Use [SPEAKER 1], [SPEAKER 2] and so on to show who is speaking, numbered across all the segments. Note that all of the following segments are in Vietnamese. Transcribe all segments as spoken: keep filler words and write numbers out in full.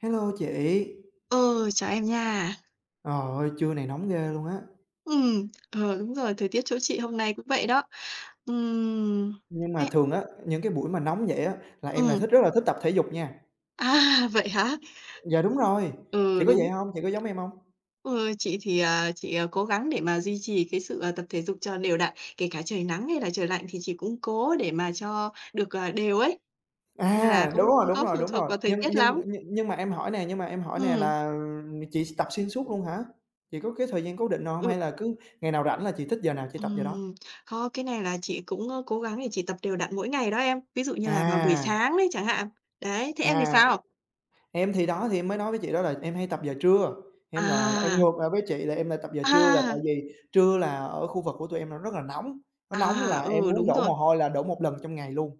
[SPEAKER 1] Hello chị. Trời
[SPEAKER 2] Ờ, Chào em nha.
[SPEAKER 1] ơi, trưa này nóng ghê luôn á.
[SPEAKER 2] Ừm, ờ, Đúng rồi, thời tiết chỗ chị hôm nay cũng vậy đó. Ừm,
[SPEAKER 1] Nhưng mà
[SPEAKER 2] thế
[SPEAKER 1] thường á, những cái buổi mà nóng vậy á là em lại
[SPEAKER 2] ừm,
[SPEAKER 1] thích rất là thích tập thể dục nha.
[SPEAKER 2] à, Vậy hả?
[SPEAKER 1] Dạ đúng rồi,
[SPEAKER 2] Ừ,
[SPEAKER 1] chị có vậy
[SPEAKER 2] đúng.
[SPEAKER 1] hông? Chị có giống em hông?
[SPEAKER 2] Ừ, chị thì, à, chị, à, cố gắng để mà duy trì cái sự, à, tập thể dục cho đều đặn, kể cả trời nắng hay là trời lạnh thì chị cũng cố để mà cho được, à, đều ấy, nên là
[SPEAKER 1] À, đúng
[SPEAKER 2] cũng
[SPEAKER 1] rồi,
[SPEAKER 2] không
[SPEAKER 1] đúng
[SPEAKER 2] có
[SPEAKER 1] rồi,
[SPEAKER 2] phụ
[SPEAKER 1] đúng
[SPEAKER 2] thuộc
[SPEAKER 1] rồi.
[SPEAKER 2] vào thời
[SPEAKER 1] Nhưng
[SPEAKER 2] tiết
[SPEAKER 1] nhưng
[SPEAKER 2] lắm.
[SPEAKER 1] nhưng nhưng mà em hỏi nè, nhưng mà em hỏi nè
[SPEAKER 2] Ừm,
[SPEAKER 1] là chị s tập xuyên suốt luôn hả? Chị có cái thời gian cố định nào hông
[SPEAKER 2] ừ,
[SPEAKER 1] hay là cứ ngày nào rảnh là chị thích giờ nào chị tập giờ đó?
[SPEAKER 2] ừm, có cái này là chị cũng, ơ, cố gắng để chị tập đều đặn mỗi ngày đó em, ví dụ như là vào buổi
[SPEAKER 1] À,
[SPEAKER 2] sáng đấy chẳng hạn. Đấy, thế em thì
[SPEAKER 1] à,
[SPEAKER 2] sao?
[SPEAKER 1] em thì đó, thì em mới nói với chị đó là em hay tập giờ trưa, em là em
[SPEAKER 2] À.
[SPEAKER 1] ngược lại với chị là em lại tập giờ trưa là tại
[SPEAKER 2] À,
[SPEAKER 1] vì trưa là ở khu vực của tụi em nó rất là nóng, nó nóng
[SPEAKER 2] à,
[SPEAKER 1] là em
[SPEAKER 2] ừ,
[SPEAKER 1] muốn
[SPEAKER 2] đúng
[SPEAKER 1] đổ
[SPEAKER 2] rồi.
[SPEAKER 1] mồ hôi là đổ một lần trong ngày luôn.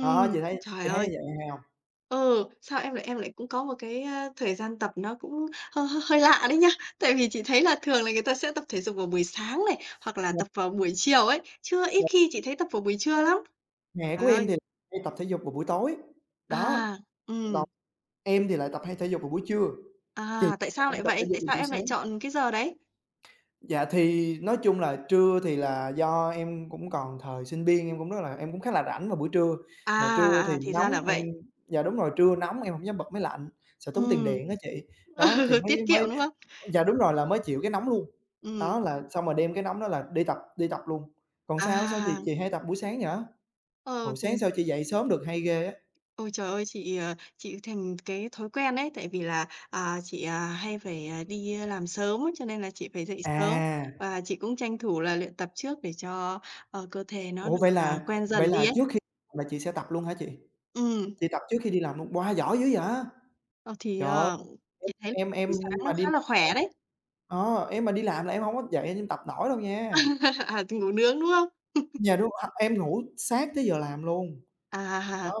[SPEAKER 1] Đó, chị thấy
[SPEAKER 2] Trời
[SPEAKER 1] chị thấy như
[SPEAKER 2] ơi,
[SPEAKER 1] vậy hay hông?
[SPEAKER 2] ừ, sao em lại em lại cũng có một cái, a, thời gian tập nó cũng hơi hơi hơi lạ đấy nhá. Tại vì chị thấy là thường là người ta sẽ tập thể dục vào buổi sáng này, hoặc là
[SPEAKER 1] Một
[SPEAKER 2] tập vào buổi chiều ấy, chứ ít
[SPEAKER 1] một
[SPEAKER 2] khi chị thấy tập vào buổi trưa lắm.
[SPEAKER 1] Mẹ của
[SPEAKER 2] Trời
[SPEAKER 1] em
[SPEAKER 2] ơi,
[SPEAKER 1] thì hay tập thể dục vào buổi tối, đó,
[SPEAKER 2] à, ừm,
[SPEAKER 1] còn em thì lại tập hay thể dục vào buổi trưa, chị
[SPEAKER 2] à, tại
[SPEAKER 1] lại
[SPEAKER 2] sao
[SPEAKER 1] đang
[SPEAKER 2] lại
[SPEAKER 1] tập thể
[SPEAKER 2] vậy?
[SPEAKER 1] dục
[SPEAKER 2] Tại
[SPEAKER 1] vào
[SPEAKER 2] sao
[SPEAKER 1] buổi
[SPEAKER 2] em
[SPEAKER 1] sáng.
[SPEAKER 2] lại chọn cái giờ đấy?
[SPEAKER 1] Dạ, thì nói chung là trưa thì là do em cũng còn thời sinh viên, em cũng rất là em cũng khá là rảnh vào buổi trưa, mà trưa thì
[SPEAKER 2] À, à, thì
[SPEAKER 1] nóng
[SPEAKER 2] ra là
[SPEAKER 1] em
[SPEAKER 2] vậy.
[SPEAKER 1] dạ, đúng rồi, trưa nóng em hổng dám bật máy lạnh, sợ tốn tiền
[SPEAKER 2] Ừm,
[SPEAKER 1] điện á chị. Đó, thì mới
[SPEAKER 2] Tiết kiệm,
[SPEAKER 1] mới
[SPEAKER 2] đúng không?
[SPEAKER 1] dạ, đúng rồi, là mới chịu cái nóng luôn.
[SPEAKER 2] Ừm,
[SPEAKER 1] Đó là xong rồi đem cái nóng đó là đi tập đi tập luôn. Còn sao, sao chị
[SPEAKER 2] à,
[SPEAKER 1] chị hay tập buổi sáng vậy? Ồ,
[SPEAKER 2] ờ,
[SPEAKER 1] sáng
[SPEAKER 2] ừm.
[SPEAKER 1] sao chị dậy sớm được hay ghê á.
[SPEAKER 2] Ôi, trời ơi, chị, ờ, chị thành cái thói quen đấy tại vì là, à, chị, à, hay phải, à, đi à, làm sớm á, cho nên là chị phải dậy sớm
[SPEAKER 1] À,
[SPEAKER 2] và chị cũng tranh thủ là luyện tập trước để cho, ờ, cơ thể nó
[SPEAKER 1] ủa,
[SPEAKER 2] được,
[SPEAKER 1] vậy
[SPEAKER 2] ờ,
[SPEAKER 1] là
[SPEAKER 2] quen
[SPEAKER 1] vậy
[SPEAKER 2] dần đi
[SPEAKER 1] là
[SPEAKER 2] ấy.
[SPEAKER 1] trước khi là chị sẽ tập luôn hả chị?
[SPEAKER 2] Ừ
[SPEAKER 1] Chị tập trước khi đi làm luôn, wow, giỏi dữ vậy?
[SPEAKER 2] ờ, thì,
[SPEAKER 1] Trời
[SPEAKER 2] ờ, chị thấy
[SPEAKER 1] Em
[SPEAKER 2] buổi
[SPEAKER 1] em
[SPEAKER 2] sáng
[SPEAKER 1] mà
[SPEAKER 2] nó
[SPEAKER 1] đi em
[SPEAKER 2] khá là khỏe đấy.
[SPEAKER 1] ờ, em mà đi làm là em hông có dậy em tập nổi đâu nha.
[SPEAKER 2] À, thì ngủ nướng, đúng không?
[SPEAKER 1] Yeah, đúng, h em ngủ sát tới giờ làm luôn. Đó,
[SPEAKER 2] À,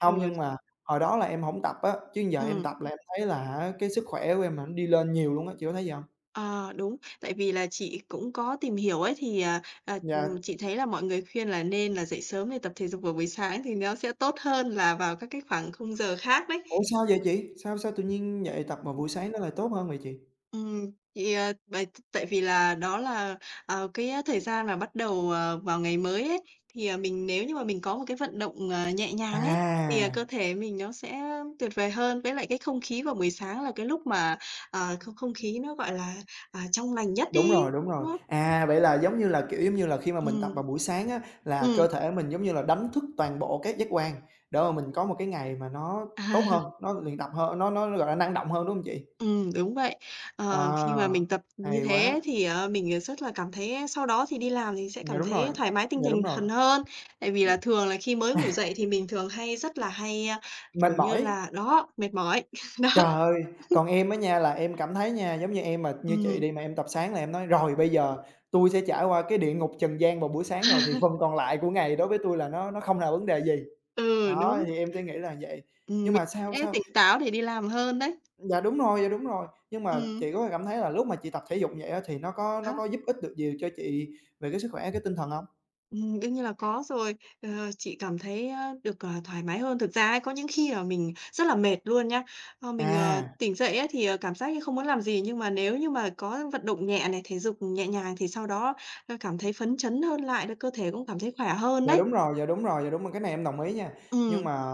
[SPEAKER 1] hông
[SPEAKER 2] ừ,
[SPEAKER 1] nhưng mà hồi đó là em hổng tập á, chứ giờ em
[SPEAKER 2] ừm.
[SPEAKER 1] tập là em thấy là á cái sức khỏe của em là nó đi lên nhiều luôn á, chị có thấy vậy hông?
[SPEAKER 2] Ờ, đúng. Tại vì là chị cũng có tìm hiểu ấy, thì, à, à,
[SPEAKER 1] Dạ.
[SPEAKER 2] ừm, chị thấy là mọi người khuyên là nên là dậy sớm để tập thể dục vào buổi sáng thì nó sẽ tốt hơn là vào các cái khoảng khung giờ khác đấy.
[SPEAKER 1] Ủa, sao vậy chị? Sao sao tự nhiên dậy tập mà buổi sáng nó lại tốt hơn vậy chị?
[SPEAKER 2] Ừm, thì, ờ, bởi tại vì là đó là, ờ, cái, thời gian mà bắt đầu, ờ, vào ngày mới ấy, thì, à, mình nếu như mà mình có một cái vận động, ờ, nhẹ nhàng ấy, thì, à, cơ
[SPEAKER 1] À!
[SPEAKER 2] thể mình nó sẽ tuyệt vời hơn. Với lại cái không khí vào buổi sáng là cái lúc mà, ờ, không không khí nó, gọi là, à, trong lành nhất
[SPEAKER 1] Đúng
[SPEAKER 2] đi.
[SPEAKER 1] rồi, đúng rồi.
[SPEAKER 2] Đúng không?
[SPEAKER 1] À, vậy là giống như là, kiểu, giống như là, khi mà mình tập
[SPEAKER 2] Ừm,
[SPEAKER 1] vào buổi sáng á, là
[SPEAKER 2] ừm.
[SPEAKER 1] cơ thể mình, giống như là, đánh thức toàn bộ các giác quan để mà mình có một cái ngày mà nó
[SPEAKER 2] À,
[SPEAKER 1] tốt hơn, nó luyện tập hơn, nó nó, gọi là, năng động hơn, đúng hông chị?
[SPEAKER 2] ừm, đúng vậy. Ờ, khi mà
[SPEAKER 1] À,
[SPEAKER 2] mình tập như
[SPEAKER 1] hay
[SPEAKER 2] thế
[SPEAKER 1] quá!
[SPEAKER 2] thì, ờ, mình rất là cảm thấy sau đó thì đi làm thì sẽ
[SPEAKER 1] Dạ,
[SPEAKER 2] cảm
[SPEAKER 1] đúng
[SPEAKER 2] thấy
[SPEAKER 1] rồi,
[SPEAKER 2] thoải mái tinh
[SPEAKER 1] dạ,
[SPEAKER 2] thần
[SPEAKER 1] đúng rồi.
[SPEAKER 2] thần hơn. Tại vì là thường là khi mới ngủ dậy thì mình thường hay rất là hay, a,
[SPEAKER 1] Mệt
[SPEAKER 2] kiểu như
[SPEAKER 1] mỏi,
[SPEAKER 2] là, đó, mệt mỏi, đó.
[SPEAKER 1] trời ơi! Còn em á nha, là em cảm thấy nha, giống như em mà như chị
[SPEAKER 2] Ừm.
[SPEAKER 1] đi mà em tập sáng là em nói: "Rồi, bây giờ tui sẽ trải qua cái địa ngục trần gian vào buổi sáng rồi thì phần còn lại của ngày đối với tui là nó nó không là vấn đề gì."
[SPEAKER 2] Ừ,
[SPEAKER 1] Đó,
[SPEAKER 2] đúng.
[SPEAKER 1] thì em sẽ nghĩ là vậy.
[SPEAKER 2] Ừm,
[SPEAKER 1] Nhưng
[SPEAKER 2] mình
[SPEAKER 1] mà sao
[SPEAKER 2] sẽ
[SPEAKER 1] sao
[SPEAKER 2] tỉnh táo để đi làm hơn đấy.
[SPEAKER 1] dạ, đúng rồi, dạ, đúng rồi. Nhưng mà
[SPEAKER 2] Ừm,
[SPEAKER 1] chị có cảm thấy là lúc mà chị tập thể dục vậy á, thì nó có nó
[SPEAKER 2] đó.
[SPEAKER 1] có giúp ích được gì cho chị về cái sức khỏe, cái tinh thần hông?
[SPEAKER 2] Ừm, đương nhiên là có rồi. Ờ, chị cảm thấy, a, được, ờ, thoải mái hơn. Thực ra ấy, có những khi là mình rất là mệt luôn nhá. Ờ, mình, ờ,
[SPEAKER 1] À,
[SPEAKER 2] tỉnh dậy ấy thì, ờ, cảm giác như không muốn làm gì, nhưng mà nếu như mà có vận động nhẹ này, thể dục nhẹ nhàng thì sau đó, ơ, cảm thấy phấn chấn hơn lại, cơ thể cũng cảm thấy khỏe hơn
[SPEAKER 1] dạ,
[SPEAKER 2] đấy.
[SPEAKER 1] đúng rồi, dạ, đúng rồi, dạ, đúng rồi, cái này em đồng ý nha. Nhưng
[SPEAKER 2] Ừm,
[SPEAKER 1] mà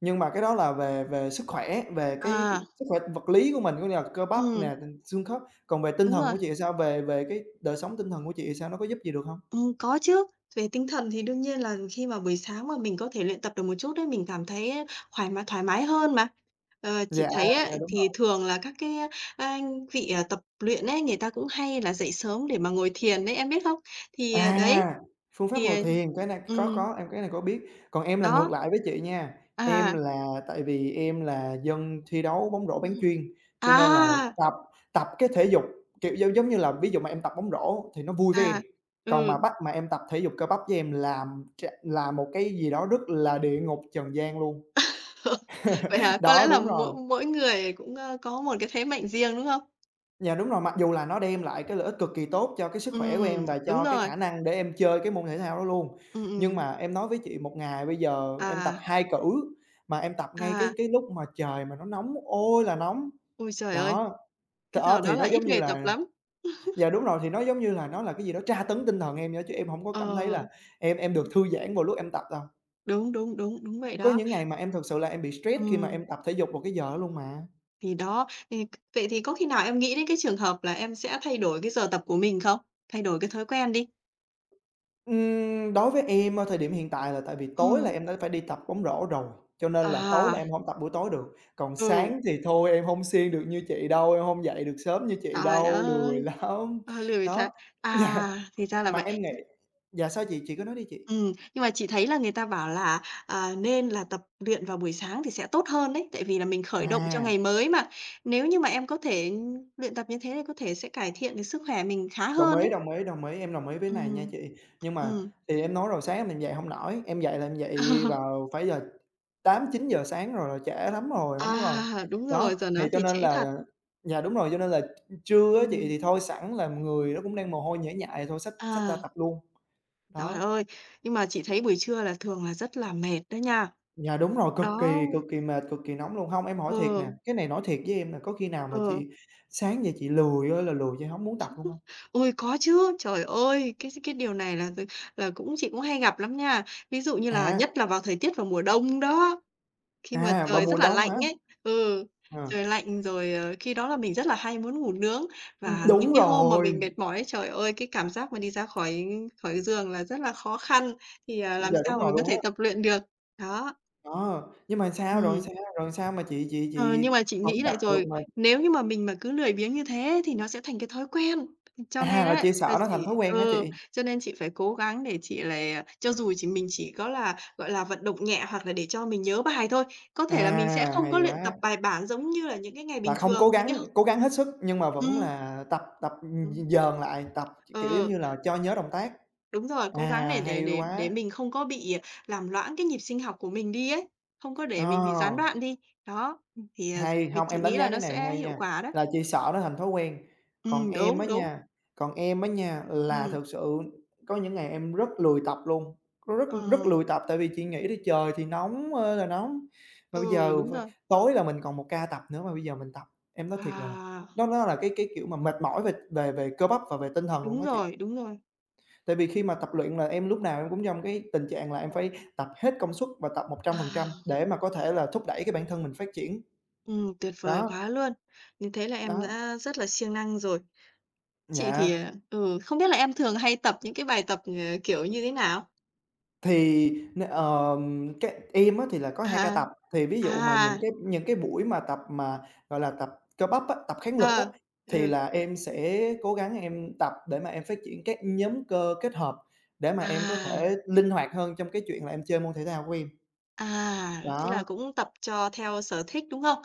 [SPEAKER 1] nhưng mà cái đó là về về sức khỏe, về cái cái
[SPEAKER 2] à,
[SPEAKER 1] sức khỏe vật lý của mình, có nghĩa là cơ bắp
[SPEAKER 2] ừm,
[SPEAKER 1] nè, ừm, xương khớp. Còn về tinh
[SPEAKER 2] Đúng
[SPEAKER 1] thần
[SPEAKER 2] rồi.
[SPEAKER 1] của chị thì sao? Về về cái đời sống tinh thần của chị thì sao, nó có giúp gì được hông?
[SPEAKER 2] Ừm, có chứ. Về tinh thần thì đương nhiên là khi mà buổi sáng mà mình có thể luyện tập được một chút đấy mình cảm thấy thoải mái thoải mái hơn mà. Ờ,
[SPEAKER 1] Dạ,
[SPEAKER 2] chị thấy á,
[SPEAKER 1] dạ, đúng.
[SPEAKER 2] thì thường là các cái, a, vị, à, tập luyện ấy, người ta cũng hay là dậy sớm để mà ngồi thiền đấy em biết không? Thì, à, đấy,
[SPEAKER 1] À, phương pháp
[SPEAKER 2] thì,
[SPEAKER 1] ngồi
[SPEAKER 2] à
[SPEAKER 1] thiền, cái này có,
[SPEAKER 2] ừm,
[SPEAKER 1] có, em cái này có biết. Còn em là ngược
[SPEAKER 2] đó.
[SPEAKER 1] lại với chị nha, em
[SPEAKER 2] À,
[SPEAKER 1] là tại vì em là dân thi đấu bóng rổ bán
[SPEAKER 2] ừm,
[SPEAKER 1] chuyên, cho
[SPEAKER 2] à,
[SPEAKER 1] nên là tập tập cái thể dục, kiểu, giống giống như là ví dụ mà em tập bóng rổ thì nó vui với em,
[SPEAKER 2] à,
[SPEAKER 1] còn mà
[SPEAKER 2] ừ.
[SPEAKER 1] bắt mà em tập thể dục cơ bắp với em làm là một cái gì đó rất là địa ngục trần gian luôn.
[SPEAKER 2] Vậy hả? Có
[SPEAKER 1] Đó,
[SPEAKER 2] lẽ là
[SPEAKER 1] đúng
[SPEAKER 2] mỗi
[SPEAKER 1] rồi.
[SPEAKER 2] mỗi người cũng, ơ, có một cái thế mạnh riêng, đúng không?
[SPEAKER 1] Dạ, đúng rồi, mặc dù là nó đem lại cái lợi ích cực kỳ tốt cho cái sức khỏe của
[SPEAKER 2] Ừm,
[SPEAKER 1] em và
[SPEAKER 2] đúng
[SPEAKER 1] cho cái
[SPEAKER 2] rồi.
[SPEAKER 1] khả năng để em chơi cái môn thể thao đó luôn.
[SPEAKER 2] Ừm,
[SPEAKER 1] Nhưng
[SPEAKER 2] ừm,
[SPEAKER 1] mà em nói với chị một ngày bây giờ em tập
[SPEAKER 2] à.
[SPEAKER 1] hai cử, mà em tập ngay cái
[SPEAKER 2] À,
[SPEAKER 1] cái lúc mà trời mà nó nóng ôi là nóng.
[SPEAKER 2] Ôi trời ơi,
[SPEAKER 1] Đó, t
[SPEAKER 2] cái giờ
[SPEAKER 1] đó,
[SPEAKER 2] đó
[SPEAKER 1] thì
[SPEAKER 2] là
[SPEAKER 1] nó giống
[SPEAKER 2] ít
[SPEAKER 1] như
[SPEAKER 2] người tập
[SPEAKER 1] là
[SPEAKER 2] lắm.
[SPEAKER 1] dạ, đúng rồi, thì nó giống như là nó là cái gì đó tra tấn tinh thần em vậy đó, chứ em hổng có cảm thấy
[SPEAKER 2] Ờ,
[SPEAKER 1] là em em được thư giãn vào lúc em tập đâu.
[SPEAKER 2] đúng, đúng, đúng, đúng vậy
[SPEAKER 1] Có
[SPEAKER 2] đó.
[SPEAKER 1] những ngày mà em thực sự là em bị stress khi mà em
[SPEAKER 2] Ừm,
[SPEAKER 1] tập thể dục vào cái giờ đó luôn mà.
[SPEAKER 2] thì đó, thì vậy thì có khi nào em nghĩ đến cái trường hợp là em sẽ thay đổi cái giờ tập của mình không? Thay đổi cái thói quen đi.
[SPEAKER 1] Ừm, đối với em ở thời điểm hiện tại là tại vì tối là
[SPEAKER 2] Ừm,
[SPEAKER 1] em đã phải đi tập bóng rổ rồi, cho nên là tối
[SPEAKER 2] à,
[SPEAKER 1] là em hổng tập buổi tối được. Còn
[SPEAKER 2] ừ,
[SPEAKER 1] sáng thì thôi em hông siêng được như chị đâu, em hông dậy được sớm như chị
[SPEAKER 2] Trời
[SPEAKER 1] đâu, lười
[SPEAKER 2] ơi,
[SPEAKER 1] lắm.
[SPEAKER 2] ờ, lười
[SPEAKER 1] Đó,
[SPEAKER 2] sáng.
[SPEAKER 1] dạ,
[SPEAKER 2] À, thì ra là
[SPEAKER 1] mà
[SPEAKER 2] vậy.
[SPEAKER 1] em nghĩ dạ, sao chị? Chị cứ nói đi chị.
[SPEAKER 2] Ừm, nhưng mà chị thấy là người ta bảo là, à, nên là tập luyện vào buổi sáng thì sẽ tốt hơn đấy, tại vì là mình khởi động cho
[SPEAKER 1] À,
[SPEAKER 2] ngày mới mà. Nếu như mà em có thể luyện tập như thế thì có thể sẽ cải thiện cái sức khỏe mình khá
[SPEAKER 1] đồng
[SPEAKER 2] hơn
[SPEAKER 1] ý,
[SPEAKER 2] đấy.
[SPEAKER 1] đồng ý, đồng ý, em đồng ý với này nha
[SPEAKER 2] Ừm,
[SPEAKER 1] chị. Nhưng mà
[SPEAKER 2] ừm.
[SPEAKER 1] thì em nói rồi, sáng em mình dậy hông nổi, em dậy là em dậy vào phải giờ tám chín giờ sáng rồi là trễ lắm rồi, hổng còn
[SPEAKER 2] À, đúng
[SPEAKER 1] đó,
[SPEAKER 2] rồi, giờ
[SPEAKER 1] thì
[SPEAKER 2] nói
[SPEAKER 1] cho
[SPEAKER 2] thì
[SPEAKER 1] nên
[SPEAKER 2] trễ thật.
[SPEAKER 1] là dạ, đúng rồi, cho nên là trưa á chị
[SPEAKER 2] Ừm,
[SPEAKER 1] thì thôi sẵn là người nó cũng đang mồ hôi nhễ nhại thôi xách xách ra
[SPEAKER 2] à,
[SPEAKER 1] tập luôn,
[SPEAKER 2] Trời
[SPEAKER 1] đó.
[SPEAKER 2] ơi! Nhưng mà chị thấy buổi trưa là thường là rất là mệt đó nha.
[SPEAKER 1] Dạ, đúng rồi,
[SPEAKER 2] Lúc
[SPEAKER 1] cực
[SPEAKER 2] Đó,
[SPEAKER 1] kỳ, cực kỳ mệt, cực kỳ nóng luôn. Hông, em hỏi thiệt nè,
[SPEAKER 2] ừ,
[SPEAKER 1] cái này nói thiệt với em là có khi nào mà
[SPEAKER 2] ừ,
[SPEAKER 1] chị sáng dậy chị lười ơi là lười chị hổng muốn tập luôn hông?
[SPEAKER 2] Ôi, có chứ, trời ơi! Cái cái điều này là là cũng chị cũng hay gặp lắm nha. Ví dụ như là
[SPEAKER 1] À,
[SPEAKER 2] nhất là vào thời tiết vào mùa đông đó. Khi mà
[SPEAKER 1] à, vào
[SPEAKER 2] trời
[SPEAKER 1] mùa
[SPEAKER 2] rất là
[SPEAKER 1] đông
[SPEAKER 2] lạnh
[SPEAKER 1] hả?
[SPEAKER 2] ấy, ừ,
[SPEAKER 1] Ờ,
[SPEAKER 2] trời lạnh rồi, ờ, khi đó là mình rất là hay muốn ngủ nướng.
[SPEAKER 1] ừm,
[SPEAKER 2] Và những
[SPEAKER 1] đúng
[SPEAKER 2] cái hôm mà
[SPEAKER 1] rồi,
[SPEAKER 2] mình mệt mỏi ấy, trời ơi, cái cảm giác mà đi ra khỏi khỏi giường là rất là khó khăn, thì, à, làm
[SPEAKER 1] dạ, đúng
[SPEAKER 2] sao mà
[SPEAKER 1] rồi
[SPEAKER 2] mình có
[SPEAKER 1] luôn
[SPEAKER 2] thể
[SPEAKER 1] á.
[SPEAKER 2] tập luyện được. Đó,
[SPEAKER 1] Đó, nhưng mà sao rồi
[SPEAKER 2] ừm.
[SPEAKER 1] sao, rồi sao mà chị chị
[SPEAKER 2] Ờ,
[SPEAKER 1] chị
[SPEAKER 2] nhưng mà chị
[SPEAKER 1] hổng
[SPEAKER 2] nghĩ
[SPEAKER 1] tập
[SPEAKER 2] lại
[SPEAKER 1] được
[SPEAKER 2] rồi,
[SPEAKER 1] mà
[SPEAKER 2] nếu như mà mình mà cứ lười biếng như thế thì nó sẽ thành cái thói quen. Cho
[SPEAKER 1] à,
[SPEAKER 2] nên
[SPEAKER 1] là
[SPEAKER 2] á
[SPEAKER 1] chị
[SPEAKER 2] là
[SPEAKER 1] sợ nó thành thói
[SPEAKER 2] chị
[SPEAKER 1] quen hả
[SPEAKER 2] ừ,
[SPEAKER 1] chị?
[SPEAKER 2] cho nên chị phải cố gắng để chị là cho dù chỉ mình chỉ có là, gọi là, vận động nhẹ hoặc là để cho mình nhớ bài thôi. Có thể là mình sẽ
[SPEAKER 1] À,
[SPEAKER 2] không
[SPEAKER 1] hay
[SPEAKER 2] có luyện
[SPEAKER 1] quá!
[SPEAKER 2] tập bài bản giống như là những cái ngày
[SPEAKER 1] Là
[SPEAKER 2] bình
[SPEAKER 1] không cố
[SPEAKER 2] thường, những cái
[SPEAKER 1] gắng
[SPEAKER 2] h
[SPEAKER 1] cố gắng hết sức nhưng mà vẫn
[SPEAKER 2] ừm,
[SPEAKER 1] là tập tập, ừm, d
[SPEAKER 2] ừm.
[SPEAKER 1] dờn lại, tập, kiểu, giống
[SPEAKER 2] Ờ,
[SPEAKER 1] như là, cho nhớ động tác.
[SPEAKER 2] đúng rồi, cố gắng để
[SPEAKER 1] À,
[SPEAKER 2] để
[SPEAKER 1] hay
[SPEAKER 2] để để
[SPEAKER 1] quá!
[SPEAKER 2] mình không có bị làm loãng cái nhịp sinh học của mình đi ấy, không có
[SPEAKER 1] Ờ.
[SPEAKER 2] để mình bị gián đoạn đi. Đó, ừm, thì, à,
[SPEAKER 1] Hay,
[SPEAKER 2] mình
[SPEAKER 1] hông,
[SPEAKER 2] chị
[SPEAKER 1] em đánh
[SPEAKER 2] nghĩ là
[SPEAKER 1] giá cái
[SPEAKER 2] nó
[SPEAKER 1] này
[SPEAKER 2] sẽ
[SPEAKER 1] hay
[SPEAKER 2] hiệu
[SPEAKER 1] nha,
[SPEAKER 2] quả đó.
[SPEAKER 1] là chị sợ nó thành thói quen. Còn
[SPEAKER 2] Ừm,
[SPEAKER 1] em á
[SPEAKER 2] đúng, đúng.
[SPEAKER 1] nha còn em á nha, là
[SPEAKER 2] Ừm,
[SPEAKER 1] thực sự có những ngày em rất lười tập luôn, có rất rất
[SPEAKER 2] ờ,
[SPEAKER 1] lười tập, tại vì chị nghĩ đi trời thì nóng ơi là nóng, mà bây
[SPEAKER 2] ừ,
[SPEAKER 1] giờ
[SPEAKER 2] đúng
[SPEAKER 1] v
[SPEAKER 2] rồi.
[SPEAKER 1] tối là mình còn một ca tập nữa mà bây giờ mình tập, em nói thiệt là
[SPEAKER 2] À,
[SPEAKER 1] nó nó là cái cái, kiểu, mà mệt mỏi về về về cơ bắp và về tinh thần luôn
[SPEAKER 2] đúng
[SPEAKER 1] á chị.
[SPEAKER 2] rồi, đúng rồi.
[SPEAKER 1] Tại vì khi mà tập luyện là em lúc nào em cũng trong cái tình trạng là em phải tập hết công suất và tập một trăm phần trăm
[SPEAKER 2] À,
[SPEAKER 1] để mà có thể là thúc đẩy cái bản thân mình phát triển.
[SPEAKER 2] ừm, tuyệt vời
[SPEAKER 1] Đó,
[SPEAKER 2] quá luôn! Như thế là em
[SPEAKER 1] đó.
[SPEAKER 2] đã rất là siêng năng rồi. Chị
[SPEAKER 1] Dạ,
[SPEAKER 2] thì, ờ, ừ, không biết là em thường hay tập những cái bài tập, ờ, kiểu như thế nào?
[SPEAKER 1] thì n ờm, cái em á thì là có hai ca
[SPEAKER 2] À,
[SPEAKER 1] tập, thì ví dụ mà những
[SPEAKER 2] à,
[SPEAKER 1] cái những cái buổi mà tập mà, gọi là, tập cơ bắp á, tập kháng lực á,
[SPEAKER 2] ờ,
[SPEAKER 1] thì
[SPEAKER 2] ừ,
[SPEAKER 1] là em sẽ cố gắng em tập để mà em phát triển các nhóm cơ kết hợp, để mà em có
[SPEAKER 2] à,
[SPEAKER 1] thể linh hoạt hơn trong cái chuyện là em chơi môn thể thao của em.
[SPEAKER 2] à, Thế là
[SPEAKER 1] Đó,
[SPEAKER 2] cũng tập cho theo sở thích, đúng không?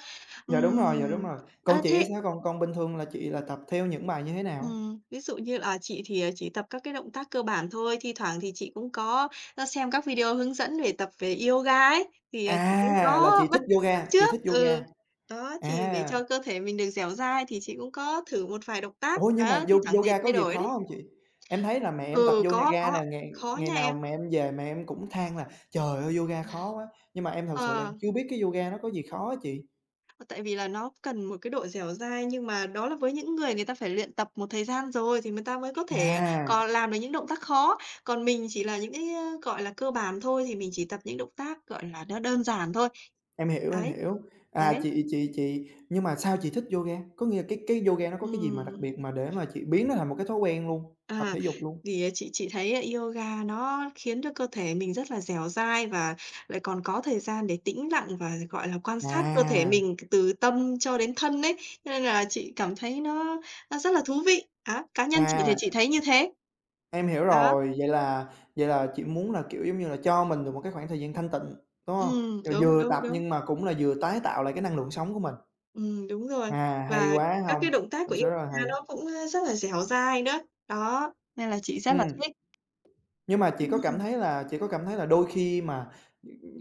[SPEAKER 1] dạ đúng rồi, dạ đúng
[SPEAKER 2] Ừm,
[SPEAKER 1] rồi. Còn
[SPEAKER 2] ơ,
[SPEAKER 1] chị thì
[SPEAKER 2] thế
[SPEAKER 1] sao? Còn còn bình thường là chị là tập theo những bài như thế nào?
[SPEAKER 2] Ừm, ví dụ như là chị thì, ờ, chỉ tập các cái động tác cơ bản thôi, thi thoảng thì chị cũng có, ơ, xem các video hướng dẫn về tập về yoga ấy, thì, ờ, chị cũng
[SPEAKER 1] À, là
[SPEAKER 2] có
[SPEAKER 1] chị thích
[SPEAKER 2] bắt bắt
[SPEAKER 1] yoga, chị
[SPEAKER 2] chước.
[SPEAKER 1] thích yoga.
[SPEAKER 2] Ừ, Đó, chị để
[SPEAKER 1] À.
[SPEAKER 2] cho cơ thể mình được dẻo dai thì chị cũng có thử một vài động tác,
[SPEAKER 1] Ủa, nhưng mà
[SPEAKER 2] đó,
[SPEAKER 1] yo
[SPEAKER 2] thi thoảng để
[SPEAKER 1] yoga có
[SPEAKER 2] thay
[SPEAKER 1] gì
[SPEAKER 2] đổi
[SPEAKER 1] khó
[SPEAKER 2] đấy.
[SPEAKER 1] hông chị? Em thấy là mẹ em tập
[SPEAKER 2] Ừ, có,
[SPEAKER 1] yoga
[SPEAKER 2] có,
[SPEAKER 1] nè, ngày
[SPEAKER 2] khó
[SPEAKER 1] ngày
[SPEAKER 2] nha
[SPEAKER 1] nào
[SPEAKER 2] em.
[SPEAKER 1] mẹ em về mẹ em cũng than là "Trời ơi, yoga khó quá!" Nhưng mà em thật sự là em
[SPEAKER 2] Ờ.
[SPEAKER 1] chưa biết cái yoga nó có gì khó á chị.
[SPEAKER 2] Ờ, Tại vì là nó cần một cái độ dẻo dai, nhưng mà đó là với những người người ta phải luyện tập một thời gian rồi thì người ta mới có thể
[SPEAKER 1] À,
[SPEAKER 2] còn làm được những động tác khó. Còn mình chỉ là những cái, ơ, gọi là, cơ bản thôi, thì mình chỉ tập những động tác, gọi là, nó đơn giản thôi.
[SPEAKER 1] em hiểu, em
[SPEAKER 2] Đấy,
[SPEAKER 1] hiểu. À,
[SPEAKER 2] đấy,
[SPEAKER 1] chị chị chị nhưng mà sao chị thích yoga? Có nghĩa là cái cái yoga nó có cái gì mà đặc
[SPEAKER 2] ừm.
[SPEAKER 1] biệt mà để mà chị biến nó thành một cái thói quen luôn, tập
[SPEAKER 2] À,
[SPEAKER 1] thể dục luôn?
[SPEAKER 2] thì, à, chị chị thấy à, yoga nó khiến cho cơ thể mình rất là dẻo dai và lại còn có thời gian để tĩnh lặng và, gọi là, quan sát cơ thể
[SPEAKER 1] À,
[SPEAKER 2] mình từ tâm cho đến thân ấy, cho nên là chị cảm thấy nó nó rất là thú vị. Á, cá nhân chị
[SPEAKER 1] à.
[SPEAKER 2] thì chị thấy như thế.
[SPEAKER 1] Em hiểu
[SPEAKER 2] Đó,
[SPEAKER 1] rồi, vậy là vậy là chị muốn là, kiểu, giống như là, cho mình được một cái khoảng thời gian thanh tịnh, đúng hông?
[SPEAKER 2] ừm,
[SPEAKER 1] Rồi
[SPEAKER 2] đúng,
[SPEAKER 1] vừa
[SPEAKER 2] đúng,
[SPEAKER 1] tập
[SPEAKER 2] đúng.
[SPEAKER 1] nhưng mà cũng là vừa tái tạo lại cái năng lượng sống của mình.
[SPEAKER 2] Ừm, đúng rồi.
[SPEAKER 1] À, hay
[SPEAKER 2] Và
[SPEAKER 1] quá
[SPEAKER 2] các
[SPEAKER 1] hông?
[SPEAKER 2] cái động tác
[SPEAKER 1] Thực
[SPEAKER 2] của
[SPEAKER 1] sự rất là
[SPEAKER 2] yoga
[SPEAKER 1] hay.
[SPEAKER 2] nó cũng, a, rất là dẻo dai nữa. Đó, nên là chị rất là
[SPEAKER 1] Ừm,
[SPEAKER 2] thích.
[SPEAKER 1] nhưng mà chị có cảm
[SPEAKER 2] Ừm,
[SPEAKER 1] thấy là chị có cảm thấy là đôi khi mà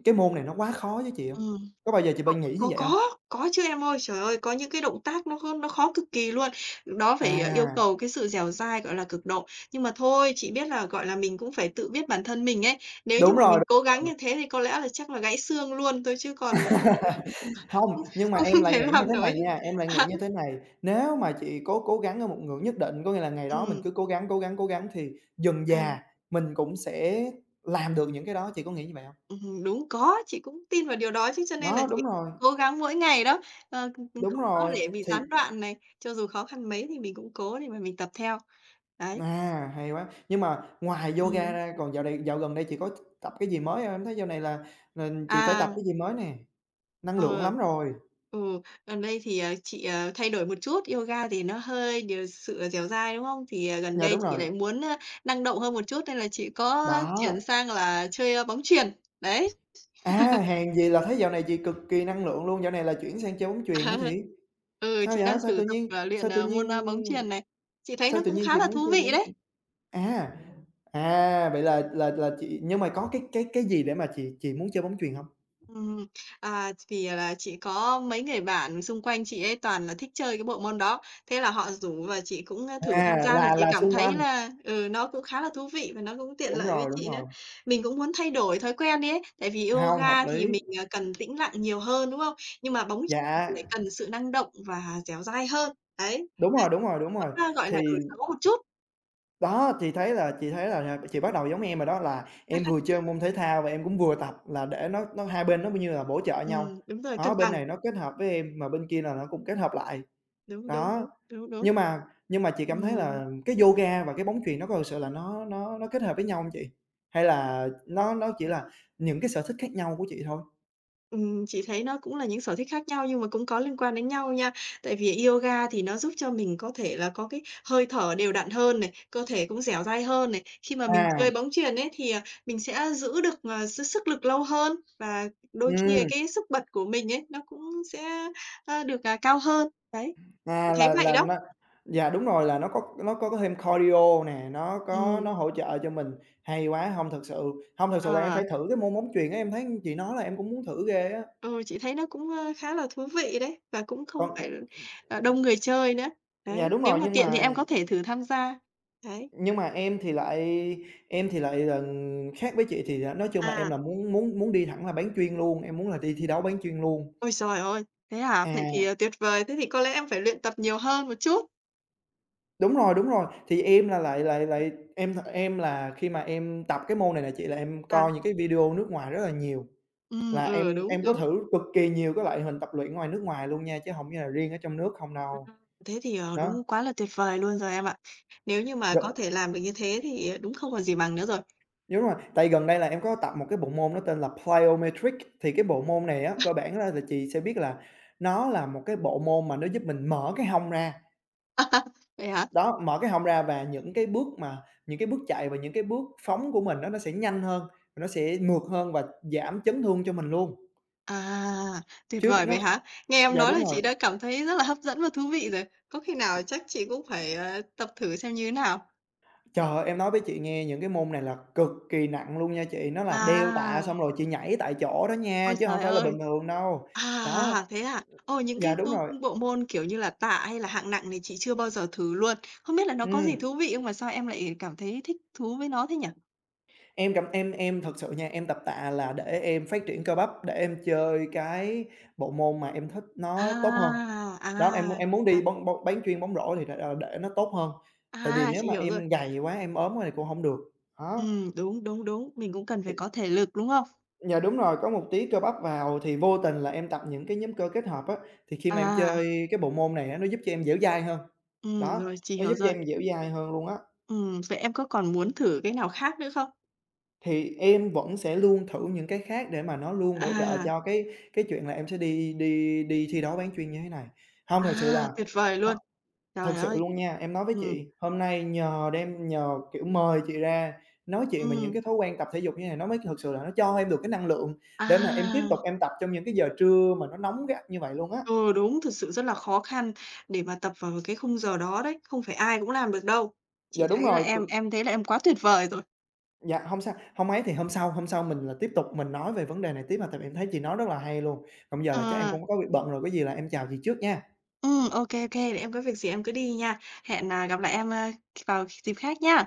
[SPEAKER 1] cái môn này nó quá khó với chị hông?
[SPEAKER 2] ừm.
[SPEAKER 1] Có bao giờ chị bị
[SPEAKER 2] Có
[SPEAKER 1] nghĩ như
[SPEAKER 2] có
[SPEAKER 1] vậy hông?
[SPEAKER 2] có, có chứ em ơi. Trời ơi, có những cái động tác nó kh nó khó cực kỳ luôn. đó phải, ờ, yêu
[SPEAKER 1] À,
[SPEAKER 2] cầu cái sự dẻo dai, gọi là, cực độ. Nhưng mà thôi, chị biết là, gọi là, mình cũng phải tự biết bản thân mình ấy. Nếu như
[SPEAKER 1] đúng
[SPEAKER 2] mà
[SPEAKER 1] rồi,
[SPEAKER 2] mình cố
[SPEAKER 1] đúng
[SPEAKER 2] gắng
[SPEAKER 1] rồi.
[SPEAKER 2] như thế thì có lẽ là chắc là gãy xương luôn thôi chứ còn không thể
[SPEAKER 1] Hông,
[SPEAKER 2] không
[SPEAKER 1] nhưng mà
[SPEAKER 2] không
[SPEAKER 1] em
[SPEAKER 2] không
[SPEAKER 1] lại
[SPEAKER 2] thể
[SPEAKER 1] nghĩ như thế
[SPEAKER 2] làm nổi.
[SPEAKER 1] này nha, em lại nghĩ
[SPEAKER 2] À,
[SPEAKER 1] như thế này, nếu mà chị cố cố gắng ở một ngưỡng nhất định, có nghĩa là ngày đó mình
[SPEAKER 2] ừm,
[SPEAKER 1] cứ cố gắng, cố gắng, cố gắng thì dần
[SPEAKER 2] à,
[SPEAKER 1] dà mình cũng sẽ làm được những cái đó, chị có nghĩ như vậy hông?
[SPEAKER 2] ừm, Đúng, có, chị cũng tin vào điều đó chứ, cho nên là
[SPEAKER 1] Đó,
[SPEAKER 2] chị
[SPEAKER 1] đúng rồi,
[SPEAKER 2] cố gắng mỗi ngày đó, ờ, c c
[SPEAKER 1] đúng
[SPEAKER 2] không có
[SPEAKER 1] rồi,
[SPEAKER 2] để bị
[SPEAKER 1] thì
[SPEAKER 2] gián đoạn này, cho dù khó khăn mấy thì mình cũng cố để mà mình tập theo. Đấy,
[SPEAKER 1] à, hay quá. Nhưng mà ngoài yoga
[SPEAKER 2] ừm,
[SPEAKER 1] ra, còn dạo này dạo gần đây chị có tập cái gì mới hông? Em thấy dạo này là là chị phải tập
[SPEAKER 2] à.
[SPEAKER 1] cái gì mới nè, năng lượng
[SPEAKER 2] Ờ.
[SPEAKER 1] lắm rồi.
[SPEAKER 2] Ừ, Gần đây thì, ờ, chị, ờ, thay đổi một chút, yoga thì nó hơi điều sự dẻo dai, đúng không? Thì, ờ, gần
[SPEAKER 1] Dạ,
[SPEAKER 2] đây
[SPEAKER 1] đúng
[SPEAKER 2] chị
[SPEAKER 1] rồi,
[SPEAKER 2] lại muốn, ơ, năng động hơn một chút nên là chị có
[SPEAKER 1] đó,
[SPEAKER 2] chuyển sang là chơi, ơ, bóng chuyền, đấy.
[SPEAKER 1] à, hèn gì là thấy dạo này chị cực kỳ năng lượng luôn, dạo này là chuyển sang chơi bóng chuyền hả
[SPEAKER 2] Ờ,
[SPEAKER 1] chị?
[SPEAKER 2] ừ,
[SPEAKER 1] Sao
[SPEAKER 2] chị
[SPEAKER 1] vậy?
[SPEAKER 2] đang
[SPEAKER 1] Sao
[SPEAKER 2] thử
[SPEAKER 1] tự
[SPEAKER 2] tập,
[SPEAKER 1] nhiên
[SPEAKER 2] ờ, luyện,
[SPEAKER 1] sao tự
[SPEAKER 2] ờ,
[SPEAKER 1] nhiên
[SPEAKER 2] môn, a, bóng chuyền này. Chị thấy
[SPEAKER 1] sao
[SPEAKER 2] nó
[SPEAKER 1] tự
[SPEAKER 2] cũng
[SPEAKER 1] nhiên
[SPEAKER 2] khá
[SPEAKER 1] chị
[SPEAKER 2] là
[SPEAKER 1] muốn
[SPEAKER 2] thú
[SPEAKER 1] chơi
[SPEAKER 2] vị
[SPEAKER 1] bóng
[SPEAKER 2] đấy.
[SPEAKER 1] chuyền? À, à, vậy là là là chị, nhưng mà có cái cái cái gì để mà chị chị muốn chơi bóng chuyền hông?
[SPEAKER 2] Ừm, à, thì là chị có mấy người bạn xung quanh chị ấy toàn là thích chơi cái bộ môn đó, thế là họ rủ và chị cũng, a, thử tham
[SPEAKER 1] À,
[SPEAKER 2] gia thì
[SPEAKER 1] là
[SPEAKER 2] chị
[SPEAKER 1] là
[SPEAKER 2] cảm
[SPEAKER 1] xung quanh,
[SPEAKER 2] thấy là, ừ, nó cũng khá là thú vị và nó cũng tiện
[SPEAKER 1] đúng
[SPEAKER 2] lợi với
[SPEAKER 1] rồi, đúng
[SPEAKER 2] chị nữa.
[SPEAKER 1] rồi,
[SPEAKER 2] Mình cũng muốn thay đổi thói quen đi ấy, tại vì
[SPEAKER 1] hông, hợp
[SPEAKER 2] yoga
[SPEAKER 1] lý.
[SPEAKER 2] thì mình, à, cần tĩnh lặng nhiều hơn, đúng không? Nhưng mà bóng chày
[SPEAKER 1] Dạ,
[SPEAKER 2] thì lại cần sự năng động và dẻo dai hơn. Đấy,
[SPEAKER 1] đúng rồi, đúng rồi, đúng
[SPEAKER 2] muốn,
[SPEAKER 1] rồi.
[SPEAKER 2] a, gọi là,
[SPEAKER 1] Thì
[SPEAKER 2] đổi gió một chút.
[SPEAKER 1] đó, chị thấy là chị thấy là, à, chị bắt đầu giống em rồi đó, là em vừa chơi môn thể thao và em cũng vừa tập là để nó nó hai bên nó như là bổ trợ
[SPEAKER 2] Ừm,
[SPEAKER 1] nhau.
[SPEAKER 2] đúng rồi, cân
[SPEAKER 1] Đó, bên
[SPEAKER 2] bằng.
[SPEAKER 1] này nó kết hợp với em mà bên kia là nó cũng kết hợp lại.
[SPEAKER 2] Đúng, đúng,
[SPEAKER 1] Đó,
[SPEAKER 2] đúng, đúng, đúng.
[SPEAKER 1] nhưng mà nhưng mà chị cảm thấy
[SPEAKER 2] Ừm.
[SPEAKER 1] là cái yoga và cái bóng chuyền nó có thực sự là nó nó nó kết hợp với nhau hông chị? Hay là nó nó chỉ là những cái sở thích khác nhau của chị thôi?
[SPEAKER 2] Ừm, chị thấy nó cũng là những sở thích khác nhau nhưng mà cũng có liên quan đến nhau nha. Tại vì yoga thì nó giúp cho mình có thể là có cái hơi thở đều đặn hơn này, cơ thể cũng dẻo dai hơn này. Khi mà mình
[SPEAKER 1] À,
[SPEAKER 2] chơi bóng chuyền ấy thì, à, mình sẽ giữ được, ờ, s sức lực lâu hơn và đôi khi là
[SPEAKER 1] ừm,
[SPEAKER 2] cái sức bật của mình ấy, nó cũng sẽ, a, được, à, cao hơn. Đấy,
[SPEAKER 1] à,
[SPEAKER 2] chị thấy
[SPEAKER 1] là
[SPEAKER 2] vậy
[SPEAKER 1] là
[SPEAKER 2] đó.
[SPEAKER 1] nó dạ, đúng rồi, là nó có, nó có có thêm cardio nè, nó có nó
[SPEAKER 2] Ừm,
[SPEAKER 1] hỗ trợ cho mình. Hay quá, hông, thực sự hông, thực sự là em phải
[SPEAKER 2] ờ,
[SPEAKER 1] thử cái môn bóng chuyền á, em thấy chị nói là em cũng muốn thử ghê á.
[SPEAKER 2] ừ, chị thấy nó cũng, ơ, khá là thú vị đấy và cũng không phải,
[SPEAKER 1] Còn
[SPEAKER 2] ờ, đông người chơi nữa. Đấy,
[SPEAKER 1] dạ, đúng
[SPEAKER 2] nếu
[SPEAKER 1] rồi,
[SPEAKER 2] mà
[SPEAKER 1] nhưng
[SPEAKER 2] tiện thì
[SPEAKER 1] mà
[SPEAKER 2] em có thể thử tham gia. Đấy.
[SPEAKER 1] Nhưng mà em thì lại em thì lại là khác với chị, thì là nói chung là em
[SPEAKER 2] À,
[SPEAKER 1] là muốn muốn muốn đi thẳng là bán chuyên luôn, em muốn là đi thi đấu bán chuyên luôn.
[SPEAKER 2] ôi trời ơi! Thế à? Vậy thì,
[SPEAKER 1] À,
[SPEAKER 2] ờ, tuyệt vời, thế thì có lẽ em phải luyện tập nhiều hơn một chút.
[SPEAKER 1] đúng rồi, đúng rồi, thì em là lại lại lại em em là khi mà em tập cái môn này là chị, là em
[SPEAKER 2] À,
[SPEAKER 1] coi những cái video nước ngoài rất là nhiều,
[SPEAKER 2] ừm,
[SPEAKER 1] là
[SPEAKER 2] ừ,
[SPEAKER 1] em
[SPEAKER 2] đúng,
[SPEAKER 1] em có
[SPEAKER 2] đúng.
[SPEAKER 1] thử cực kỳ nhiều cái loại hình tập luyện ngoài nước ngoài luôn nha, chứ hổng như là riêng ở trong nước không
[SPEAKER 2] Ừm,
[SPEAKER 1] đâu.
[SPEAKER 2] thế thì, ờ,
[SPEAKER 1] Đó.
[SPEAKER 2] đúng quá là tuyệt vời luôn rồi em ạ. Nếu như mà có thể làm được như thế thì, ờ, đúng không còn gì bằng nữa rồi.
[SPEAKER 1] Đúng rồi, tại gần đây là em có tập một cái bộ môn nó tên là plyometric. Thì cái bộ môn này á, cơ bản ra là chị sẽ biết là nó là một cái bộ môn mà nó giúp mình mở cái hông ra.
[SPEAKER 2] Vậy hả?
[SPEAKER 1] Đó, mở cái hông ra, và những cái bước mà những cái bước chạy và những cái bước phóng của mình á, nó sẽ nhanh hơn, nó sẽ mượt hơn và giảm chấn thương cho mình luôn.
[SPEAKER 2] À, tuyệt
[SPEAKER 1] Chứ
[SPEAKER 2] vời
[SPEAKER 1] nó
[SPEAKER 2] vậy hả? Nghe em
[SPEAKER 1] dạ,
[SPEAKER 2] nói
[SPEAKER 1] đúng
[SPEAKER 2] là
[SPEAKER 1] rồi.
[SPEAKER 2] chị đã cảm thấy rất là hấp dẫn và thú vị rồi. Có khi nào chắc chị cũng phải, ờ, tập thử xem như thế nào.
[SPEAKER 1] Trời ơi, em nói với chị nghe những cái môn này là cực kỳ nặng luôn nha chị, nó là đeo tạ xong
[SPEAKER 2] À,
[SPEAKER 1] rồi chị nhảy tại chỗ đó nha,
[SPEAKER 2] ôi
[SPEAKER 1] chứ hông
[SPEAKER 2] trời
[SPEAKER 1] phải là
[SPEAKER 2] ơi!
[SPEAKER 1] bình thường đâu.
[SPEAKER 2] À, à,
[SPEAKER 1] Đó,
[SPEAKER 2] à, thế à? Ồ, những cái
[SPEAKER 1] dạ, đúng
[SPEAKER 2] bộ
[SPEAKER 1] rồi,
[SPEAKER 2] bộ môn, kiểu như là, tạ hay là hạng nặng này chị chưa bao giờ thử luôn. Không biết là nó có gì
[SPEAKER 1] ừm.
[SPEAKER 2] thú vị không mà sao em lại cảm thấy thích thú với nó thế nhỉ?
[SPEAKER 1] Em cảm em em thật sự nha, em tập tạ là để em phát triển cơ bắp, để em chơi cái bộ môn mà em thích
[SPEAKER 2] À,
[SPEAKER 1] nó tốt hơn. Đó, em muốn
[SPEAKER 2] à,
[SPEAKER 1] em muốn
[SPEAKER 2] à,
[SPEAKER 1] đi bóng bóng bán chuyên bóng rổ, thì để, ờ, để nó tốt hơn, tại vì
[SPEAKER 2] à,
[SPEAKER 1] nếu
[SPEAKER 2] chị
[SPEAKER 1] mà
[SPEAKER 2] hiểu rồi.
[SPEAKER 1] em gầy quá, em ốm quá thì cũng hổng được. Đó,
[SPEAKER 2] Ừm, đúng, đúng, đúng, mình cũng cần
[SPEAKER 1] thì
[SPEAKER 2] phải có thể lực, đúng không?
[SPEAKER 1] yeah, đúng rồi, có một tí cơ bắp vào thì vô tình là em tập những cái nhóm cơ kết hợp á, thì khi mà em
[SPEAKER 2] À,
[SPEAKER 1] chơi cái bộ môn này á, nó giúp cho em dẻo dai hơn.
[SPEAKER 2] ừm,
[SPEAKER 1] Đó,
[SPEAKER 2] rồi, chị
[SPEAKER 1] nó
[SPEAKER 2] hiểu
[SPEAKER 1] giúp cho
[SPEAKER 2] rồi.
[SPEAKER 1] em dẻo dai hơn luôn á.
[SPEAKER 2] Ừm, vậy em có còn muốn thử cái nào khác nữa không?
[SPEAKER 1] Thì em vẫn sẽ luôn thử những cái khác để mà nó luôn bổ trợ
[SPEAKER 2] À,
[SPEAKER 1] cho cái cái chuyện là em sẽ đi đi đi thi đấu bán chuyên như thế này. Hông, thật sự
[SPEAKER 2] à,
[SPEAKER 1] là
[SPEAKER 2] tuyệt vời
[SPEAKER 1] h
[SPEAKER 2] luôn. Trời
[SPEAKER 1] thực sự
[SPEAKER 2] ơi!
[SPEAKER 1] luôn nha, em nói với
[SPEAKER 2] Ừm,
[SPEAKER 1] chị, hôm nay nhờ đem nhờ, kiểu, mời chị ra nói chuyện về những
[SPEAKER 2] ừm,
[SPEAKER 1] cái thói quen tập thể dục như này nó mới thực sự là nó cho em được cái năng lượng để mà em tiếp
[SPEAKER 2] à.
[SPEAKER 1] tục em tập trong những cái giờ trưa mà nó nóng gắt như vậy luôn á.
[SPEAKER 2] Ừ, đúng, thực sự rất là khó khăn để mà tập vào cái khung giờ đó đấy, không phải ai cũng làm được đâu.
[SPEAKER 1] Dạ,
[SPEAKER 2] Chị
[SPEAKER 1] đúng
[SPEAKER 2] thấy là
[SPEAKER 1] rồi, cực
[SPEAKER 2] em em thấy là em quá tuyệt vời rồi.
[SPEAKER 1] dạ, hông sao, hông ấy thì hôm sau, hôm sau mình là tiếp tục mình nói về vấn đề này tiếp, mà tại vì em thấy chị nói rất là hay luôn. Còn bây giờ là chắc em
[SPEAKER 2] Ờ,
[SPEAKER 1] cũng có việc bận rồi, có gì là em chào chị trước nha.
[SPEAKER 2] ừm, ok ok để em có việc gì em cứ đi nha. Hẹn, à, gặp lại em, ơ, vào dịp khác nha.